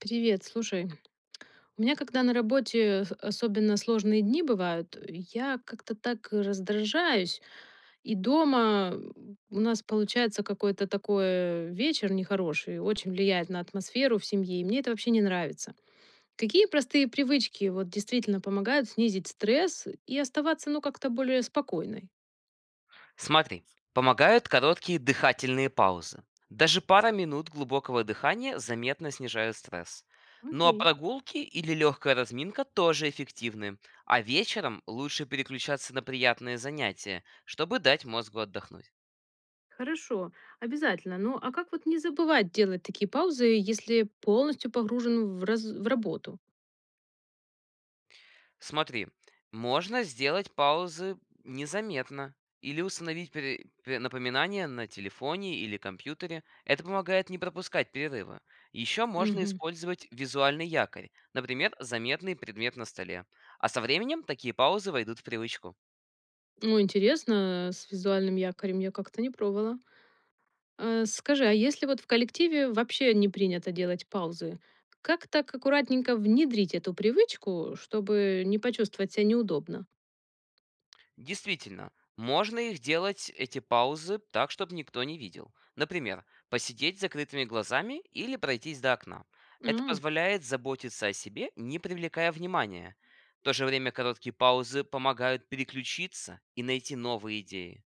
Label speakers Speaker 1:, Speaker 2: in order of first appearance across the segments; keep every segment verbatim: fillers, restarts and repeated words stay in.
Speaker 1: Привет, слушай. У меня когда на работе с- особенно сложные дни бывают, я как-то так раздражаюсь. И дома м, у нас получается какой-то такой вечер нехороший, очень влияет на атмосферу в семье, и мне это вообще не нравится. Какие простые привычки вот действительно помогают снизить стресс и оставаться, ну, как-то более спокойной?
Speaker 2: Смотри, помогают короткие дыхательные паузы. Даже пара минут глубокого дыхания заметно снижают стресс. Ну а
Speaker 1: Окей.
Speaker 2: прогулки или легкая разминка тоже эффективны, а вечером лучше переключаться на приятные занятия, чтобы дать мозгу отдохнуть.
Speaker 1: Хорошо, обязательно. Ну, а как вот не забывать делать такие паузы, если полностью погружен в, раз- в работу?
Speaker 2: Смотри, можно сделать паузы незаметно или установить пере- пе- напоминание на телефоне или компьютере. Это помогает не пропускать перерывы. Еще можно
Speaker 1: Мгм.
Speaker 2: использовать визуальный якорь, например, заметный предмет на столе. А со временем такие паузы войдут в привычку.
Speaker 1: Ну, интересно, с визуальным якорем я как-то не пробовала. А, скажи, а если вот в коллективе вообще не принято делать паузы, как так аккуратненько внедрить эту привычку, чтобы не почувствовать себя неудобно?
Speaker 2: Действительно, можно их делать, эти паузы, так, чтобы никто не видел. Например, посидеть с закрытыми глазами или пройтись до окна. Это
Speaker 1: А,
Speaker 2: позволяет заботиться о себе, не привлекая внимания. В то же время короткие паузы помогают переключиться и найти новые идеи.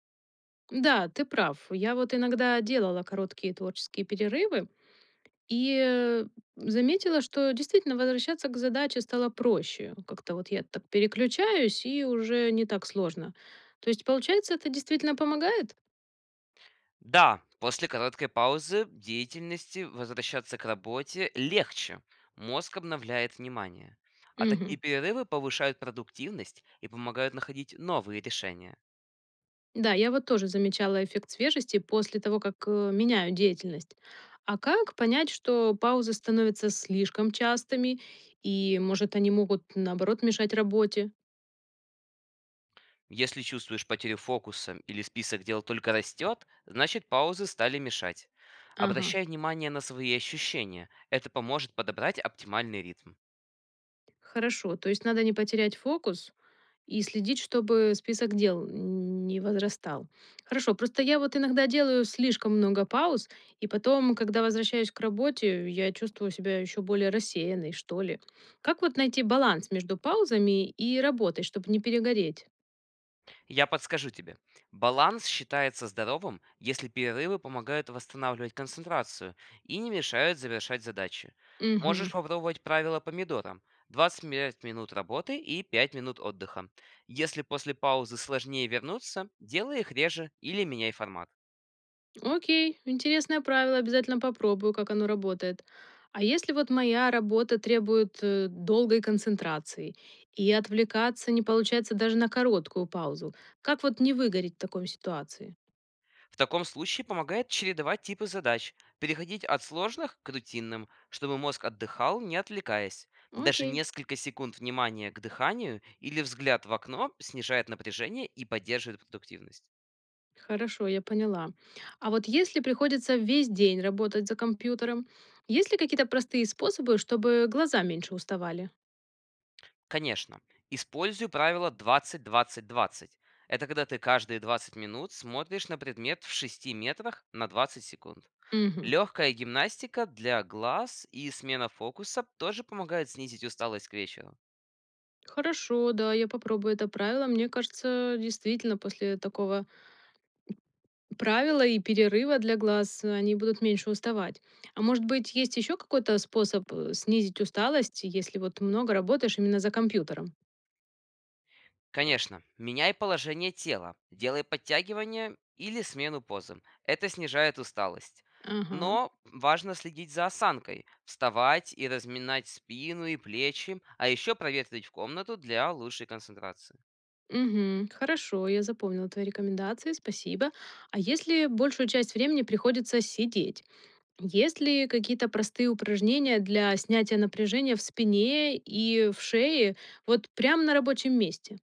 Speaker 1: да, ты прав. Я вот иногда делала короткие творческие перерывы и э, заметила, что действительно возвращаться к задаче стало проще. Как-то вот я так переключаюсь, и уже не так сложно. То есть, получается, это действительно помогает?
Speaker 2: Да, после короткой паузы деятельности возвращаться к работе легче. Мозг обновляет внимание. А такие
Speaker 1: Мгм.
Speaker 2: перерывы повышают продуктивность и помогают находить новые решения.
Speaker 1: Да, я вот тоже замечала эффект свежести после того, как э, меняю деятельность. А как понять, что паузы становятся слишком частыми, и, может, они могут, наоборот, мешать работе?
Speaker 2: Если чувствуешь потерю фокуса или список дел только растет, значит паузы стали мешать.
Speaker 1: Ага,
Speaker 2: Обращай внимание на свои ощущения. Это поможет подобрать оптимальный ритм.
Speaker 1: хорошо, то есть надо не потерять фокус, и следить, чтобы список дел не возрастал. Хорошо, просто я вот иногда делаю слишком много пауз, и потом, когда возвращаюсь к работе, я чувствую себя еще более рассеянной, что ли. Как вот найти баланс между паузами и работой, чтобы не перегореть?
Speaker 2: Я подскажу тебе. Баланс считается здоровым, если перерывы помогают восстанавливать концентрацию и не мешают завершать задачи. Можешь
Speaker 1: Мгм.
Speaker 2: попробовать правило помидора: двадцать пять минут работы и пять минут отдыха. Если после паузы сложнее вернуться, делай их реже или меняй формат.
Speaker 1: Окей, интересное правило, обязательно попробую, как оно работает. А если вот моя работа требует э, долгой концентрации, и отвлекаться не получается даже на короткую паузу, как вот не выгореть в такой ситуации?
Speaker 2: В таком случае помогает чередовать типы задач, переходить от сложных к рутинным, чтобы мозг отдыхал, не отвлекаясь. Даже
Speaker 1: Окей,
Speaker 2: несколько секунд внимания к дыханию или взгляд в окно снижает напряжение и поддерживает продуктивность.
Speaker 1: хорошо, я поняла. А вот если приходится весь день работать за компьютером, есть ли какие-то простые способы, чтобы глаза меньше уставали?
Speaker 2: Конечно, использую правило двадцать двадцать двадцать. Это когда ты каждые двадцать минут смотришь на предмет в шести метрах на двадцать секунд.
Speaker 1: Мгм.
Speaker 2: Легкая гимнастика для глаз и смена фокуса тоже помогает снизить усталость к вечеру.
Speaker 1: Хорошо, да, я попробую это правило. Мне кажется, действительно, после такого правила и перерыва для глаз, э, они будут меньше уставать. А может быть, есть еще какой-то способ э, снизить усталость, если вот много работаешь именно за компьютером?
Speaker 2: Конечно, меняй положение тела, делай подтягивания или смену позы. Это снижает усталость.
Speaker 1: Ага.
Speaker 2: Но важно следить за осанкой, вставать и разминать спину и плечи, а еще проветривать комнату для лучшей концентрации.
Speaker 1: Мгм. Хорошо, я запомнила твои рекомендации, спасибо. А если большую часть времени приходится сидеть, есть ли какие-то простые упражнения для снятия напряжения в спине и в шее вот прямо на рабочем месте?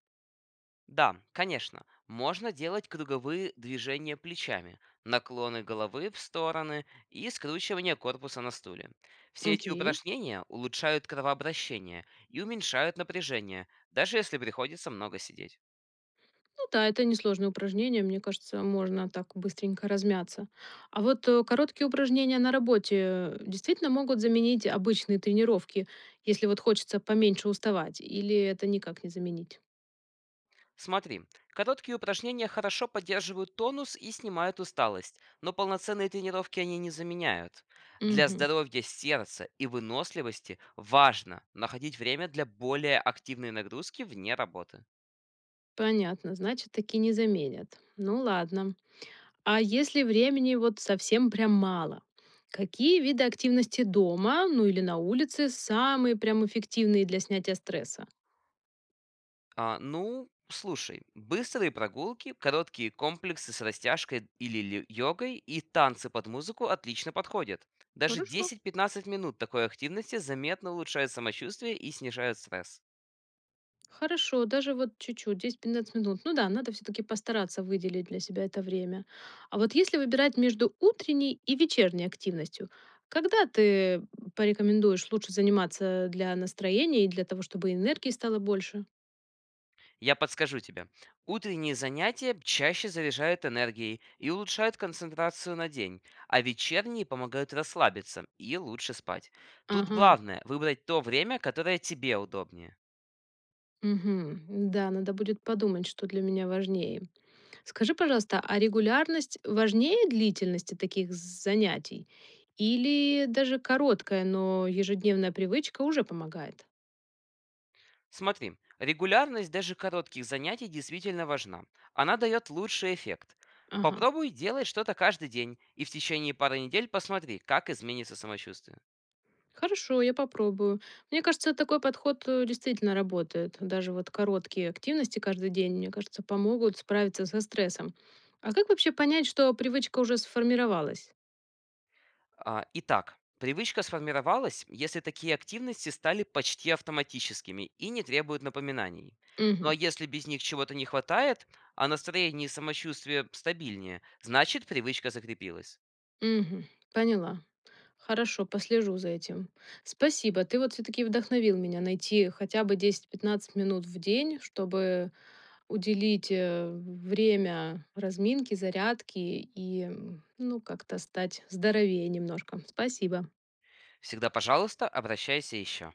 Speaker 2: Да, конечно, можно делать круговые движения плечами, наклоны головы в стороны и скручивание корпуса на стуле. Все эти
Speaker 1: Окей.
Speaker 2: упражнения улучшают кровообращение и уменьшают напряжение, даже если приходится много сидеть.
Speaker 1: Ну да, это несложное упражнение, мне кажется, можно так быстренько размяться. А вот э, короткие упражнения на работе э, действительно могут заменить обычные тренировки, если вот хочется поменьше уставать, или это никак не заменить?
Speaker 2: Смотри, короткие упражнения хорошо поддерживают тонус и снимают усталость, но полноценные тренировки они не заменяют. Для
Speaker 1: Мгм.
Speaker 2: здоровья сердца и выносливости важно находить время для более активной нагрузки вне работы.
Speaker 1: Понятно, значит, таки не заменят. Ну ладно. А если времени вот совсем прям мало? Какие виды активности дома, ну или на улице, самые прям эффективные для снятия стресса?
Speaker 2: А, ну, слушай, быстрые прогулки, короткие комплексы с растяжкой или лё- йогой и танцы под музыку отлично подходят. Даже
Speaker 1: Хорошо.
Speaker 2: десять-пятнадцать минут такой активности заметно улучшает самочувствие и снижает стресс.
Speaker 1: Хорошо, даже вот чуть-чуть, десять пятнадцать минут. Ну да, надо все-таки постараться выделить для себя это время. А вот если выбирать между утренней и вечерней активностью, когда ты порекомендуешь лучше заниматься для настроения и для того, чтобы энергии стало больше?
Speaker 2: Я подскажу тебе. Утренние занятия чаще заряжают энергией и улучшают концентрацию на день, а вечерние помогают расслабиться и лучше спать. Тут
Speaker 1: Ага.
Speaker 2: главное выбрать то время, которое тебе удобнее.
Speaker 1: Мгм. Да, надо будет подумать, что для меня важнее. Скажи, пожалуйста, а регулярность важнее длительности таких занятий? Или даже короткая, но ежедневная привычка уже помогает?
Speaker 2: Смотри, регулярность даже коротких занятий действительно важна. Она дает лучший эффект.
Speaker 1: Ага.
Speaker 2: Попробуй делать что-то каждый день и в течение пары недель посмотри, как изменится самочувствие.
Speaker 1: Хорошо, я попробую. Мне кажется, такой подход э, действительно работает. Даже вот короткие активности каждый день, мне кажется, помогут справиться со стрессом. А как вообще понять, что привычка уже сформировалась?
Speaker 2: А, итак, привычка сформировалась, если такие активности стали почти автоматическими и не требуют напоминаний. Ну а
Speaker 1: Угу,
Speaker 2: если без них чего-то не хватает, а настроение и самочувствие стабильнее, значит привычка закрепилась.
Speaker 1: угу, поняла. Хорошо, послежу за этим. Спасибо, ты вот все-таки вдохновил меня найти хотя бы десять пятнадцать минут в день, чтобы уделить э, время разминки, зарядки и, м, ну, как-то стать здоровее немножко. Спасибо.
Speaker 2: Всегда пожалуйста, обращайся еще.